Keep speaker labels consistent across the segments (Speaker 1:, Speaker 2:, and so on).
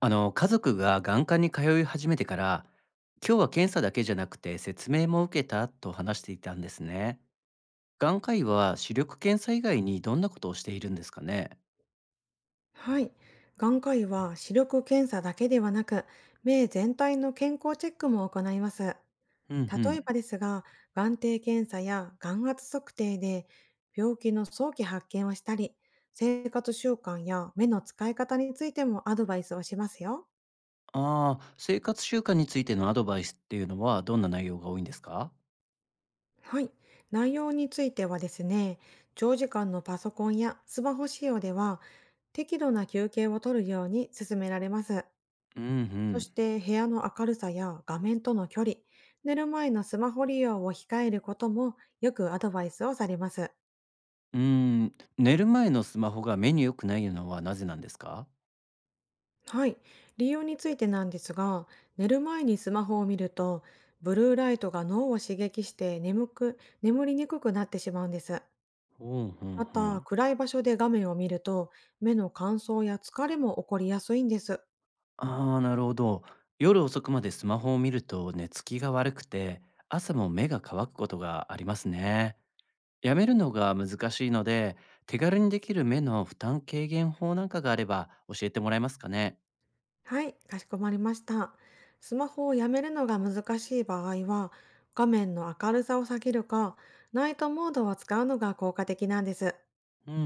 Speaker 1: 家族が眼科に通い始めてから、今日は検査だけじゃなくて説明も受けたと話していたんですね。眼科医は視力検査以外にどんなことをしているんですかね？
Speaker 2: はい。眼科医は視力検査だけではなく、目全体の健康チェックも行います。
Speaker 1: うんう
Speaker 2: 例え
Speaker 1: ん。
Speaker 2: ばですが、眼底検査や眼圧測定で病気の早期発見をしたり、生活習慣や目の使い方についてもアドバイスをしますよ。
Speaker 1: ああ、生活習慣についてのアドバイスっていうのはどんな内容が多いんですか？
Speaker 2: はい。内容についてはですね、長時間のパソコンやスマホ使用では、適度な休憩をとるように勧められます。
Speaker 1: うんう
Speaker 2: そ
Speaker 1: ん。
Speaker 2: して部屋の明るさや画面との距離、寝る前のスマホ利用を控えることもよくアドバイスをされます。
Speaker 1: うーん、寝る前のスマホが目に良くないのはなぜなんですか？
Speaker 2: はい。利用についてなんですが、寝る前にスマホを見ると、ブルーライトが脳を刺激して眠りにくくなってしまうんです。
Speaker 1: うんう
Speaker 2: また、
Speaker 1: ん。
Speaker 2: 暗い場所で画面を見ると、目の乾燥や疲れも起こりやすいんです。
Speaker 1: ああ、なるほど。夜遅くまでスマホを見ると寝つきが悪くて、朝も目が乾くことがありますね。やめるのが難しいので、手軽にできる目の負担軽減法なんかがあれば教えてもらえますかね。
Speaker 2: はい、かしこまりました。スマホをやめるのが難しい場合は、画面の明るさを下げるか、ナイトモードを使うのが効果的なんです。
Speaker 1: うんうんう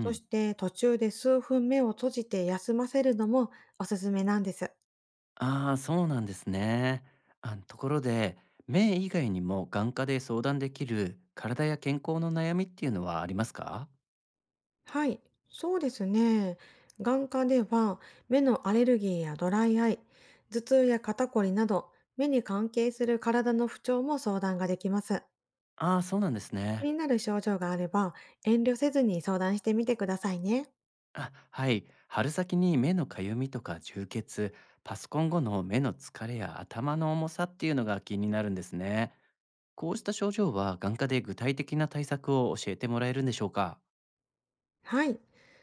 Speaker 2: そ
Speaker 1: ん。
Speaker 2: して途中で数分目を閉じて休ませるのもおすすめなんです。
Speaker 1: ああ、そうなんですね。ところで、目以外にも眼科で相談できる体や健康の悩みっていうのはありますか？
Speaker 2: はい、そうですね。眼科では目のアレルギーやドライアイ、頭痛や肩こりなど目に関係する体の不調も相談ができます。
Speaker 1: ああー、そうなんです
Speaker 2: 気
Speaker 1: ね。
Speaker 2: になる症状があれば遠慮せずに相談してみてくださいね。
Speaker 1: あ、はい。春先に目のかゆみとか充血、パソコン後の目の疲れや頭の重さっていうのが気になるんですね。こうした症状は眼科で具体的な対策を教えてもらえるんでしょうか？
Speaker 2: はい、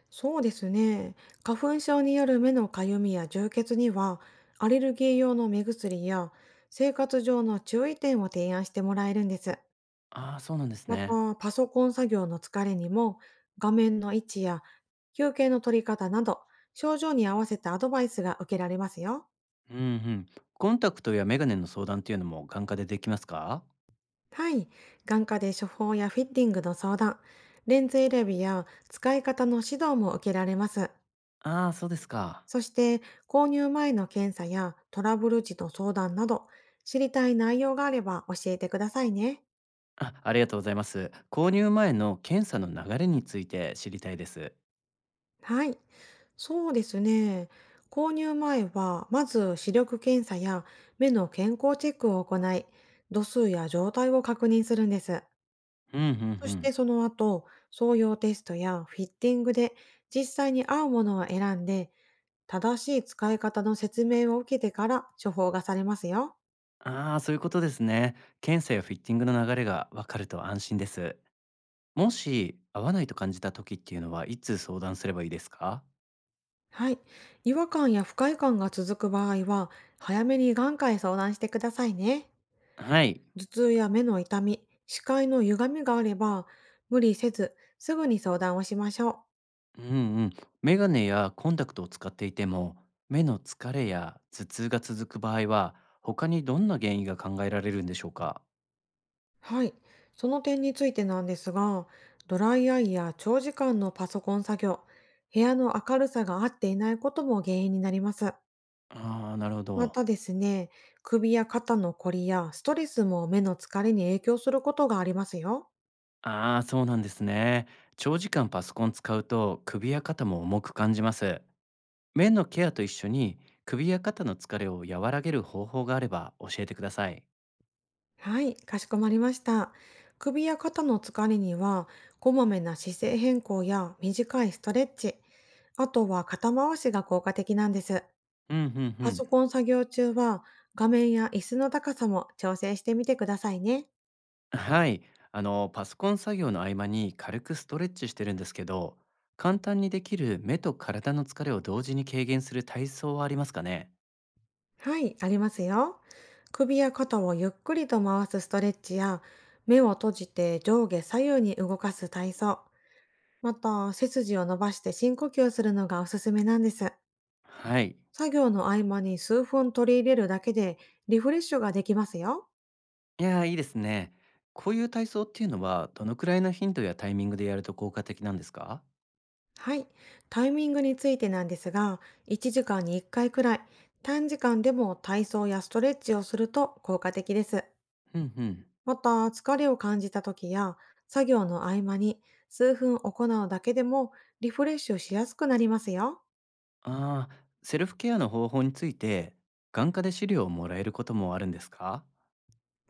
Speaker 2: そうですね。花粉症による目のかゆみや充血には、アレルギー用の目薬や生活上の注意点を提案してもらえるんです。
Speaker 1: ああー、そうなんです
Speaker 2: ま
Speaker 1: ね。
Speaker 2: た、パソコン作業の疲れにも、画面の位置や休憩の取り方など、症状に合わせたアドバイスが受けられますよ。
Speaker 1: うんうん。コンタクトやメガネの相談っていうのも眼科でできますか？
Speaker 2: はい、眼科で処方やフィッティングの相談、レンズ選びや使い方の指導も受けられます。
Speaker 1: ああー、そうですか。
Speaker 2: そして、購入前の検査やトラブル時の相談など、知りたい内容があれば教えてくださいね。
Speaker 1: あ、ありがとうございます。購入前の検査の流れについて知りたいです。
Speaker 2: はい。そうですね。購入前は、まず視力検査や目の健康チェックを行い、度数や状態を確認するんです。
Speaker 1: うんうんう
Speaker 2: そし
Speaker 1: ん。
Speaker 2: てその後、総用テストやフィッティングで実際に合うものを選んで、正しい使い方の説明を受けてから処方がされますよ。
Speaker 1: ああ、そういうことですね。検査やフィッティングの流れがわかると安心です。もし、合わないと感じた時っていうのは、いつ相談すればいいですか？
Speaker 2: はい。違和感や不快感が続く場合は、早めに眼科へ相談してくださいね。
Speaker 1: はい。
Speaker 2: 頭痛や目の痛み、視界の歪みがあれば、無理せず、すぐに相談をしましょう。
Speaker 1: うんうん。メガネやコンタクトを使っていても、目の疲れや頭痛が続く場合は、他にどんな原因が考えられるんでしょうか？
Speaker 2: はい。その点についてなんですが、ドライアイや長時間のパソコン作業、部屋の明るさが合っていないことも原因になります。
Speaker 1: ああー、なるほ
Speaker 2: ま
Speaker 1: ど。
Speaker 2: たですね、首や肩のこりやストレスも目の疲れに影響することがありますよ。
Speaker 1: ああ、そうなんですね。長時間パソコン使うと、首や肩も重く感じます。面のケアと一緒に首や肩の疲れを和らげる方法があれば教えてください。
Speaker 2: はい、かしこまりました。首や肩の疲れには、こまめな姿勢変更や短いストレッチ、あとは肩回しが効果的なんです。
Speaker 1: うんうんう
Speaker 2: パ
Speaker 1: ん。
Speaker 2: ソコン作業中は、画面や椅子の高さも調整してみてくださいね。
Speaker 1: はい。パソコン作業の合間に軽くストレッチしてるんですけど、簡単にできる目と体の疲れを同時に軽減する体操はありますかね？
Speaker 2: はい、ありますよ。首や肩をゆっくりと回すストレッチや、目を閉じて上下左右に動かす体操、また背筋を伸ばして深呼吸するのがおすすめなんです。
Speaker 1: はい。
Speaker 2: 作業の合間に数分取り入れるだけでリフレッシュができますよ。
Speaker 1: いやー、いいですね。こういう体操っていうのは、どのくらいの頻度やタイミングでやると効果的なんですか？
Speaker 2: はい。タイミングについてなんですが、1時間に1回くらい、短時間でも体操やストレッチをすると効果的です。
Speaker 1: うんうん。
Speaker 2: また、疲れを感じた時や、作業の合間に数分行うだけでもリフレッシュしやすくなりますよ。
Speaker 1: ああ、セルフケアの方法について、眼科で資料をもらえることもあるんですか？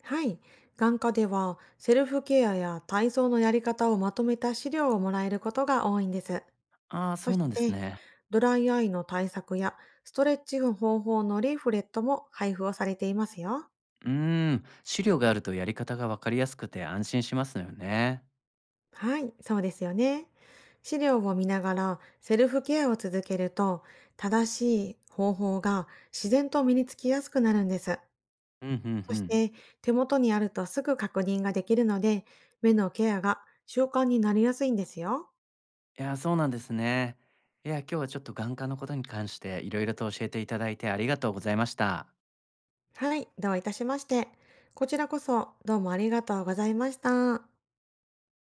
Speaker 2: はい。眼科では、セルフケアや体操のやり方をまとめた資料をもらえることが多いんです。
Speaker 1: ああ、
Speaker 2: そ
Speaker 1: そう
Speaker 2: し
Speaker 1: なんです
Speaker 2: て、
Speaker 1: ね。
Speaker 2: ドライアイの対策やストレッチ方法のリーフレットも配布をされていますよ。
Speaker 1: うーん、資料があるとやり方がわかりやすくて安心しますよね。
Speaker 2: はい、そうですよね。資料を見ながらセルフケアを続けると、正しい方法が自然と身につきやすくなるんです。
Speaker 1: うんうんう
Speaker 2: そし
Speaker 1: ん。
Speaker 2: て、手元にあるとすぐ確認ができるので、目のケアが習慣になりやすいんですよ。
Speaker 1: いや、そうなんですね。いや、今日はちょっと眼科のことに関していろいろと教えていただいてありがとうございました。
Speaker 2: はい、どういたしまして。こちらこそどうもありがとうございました。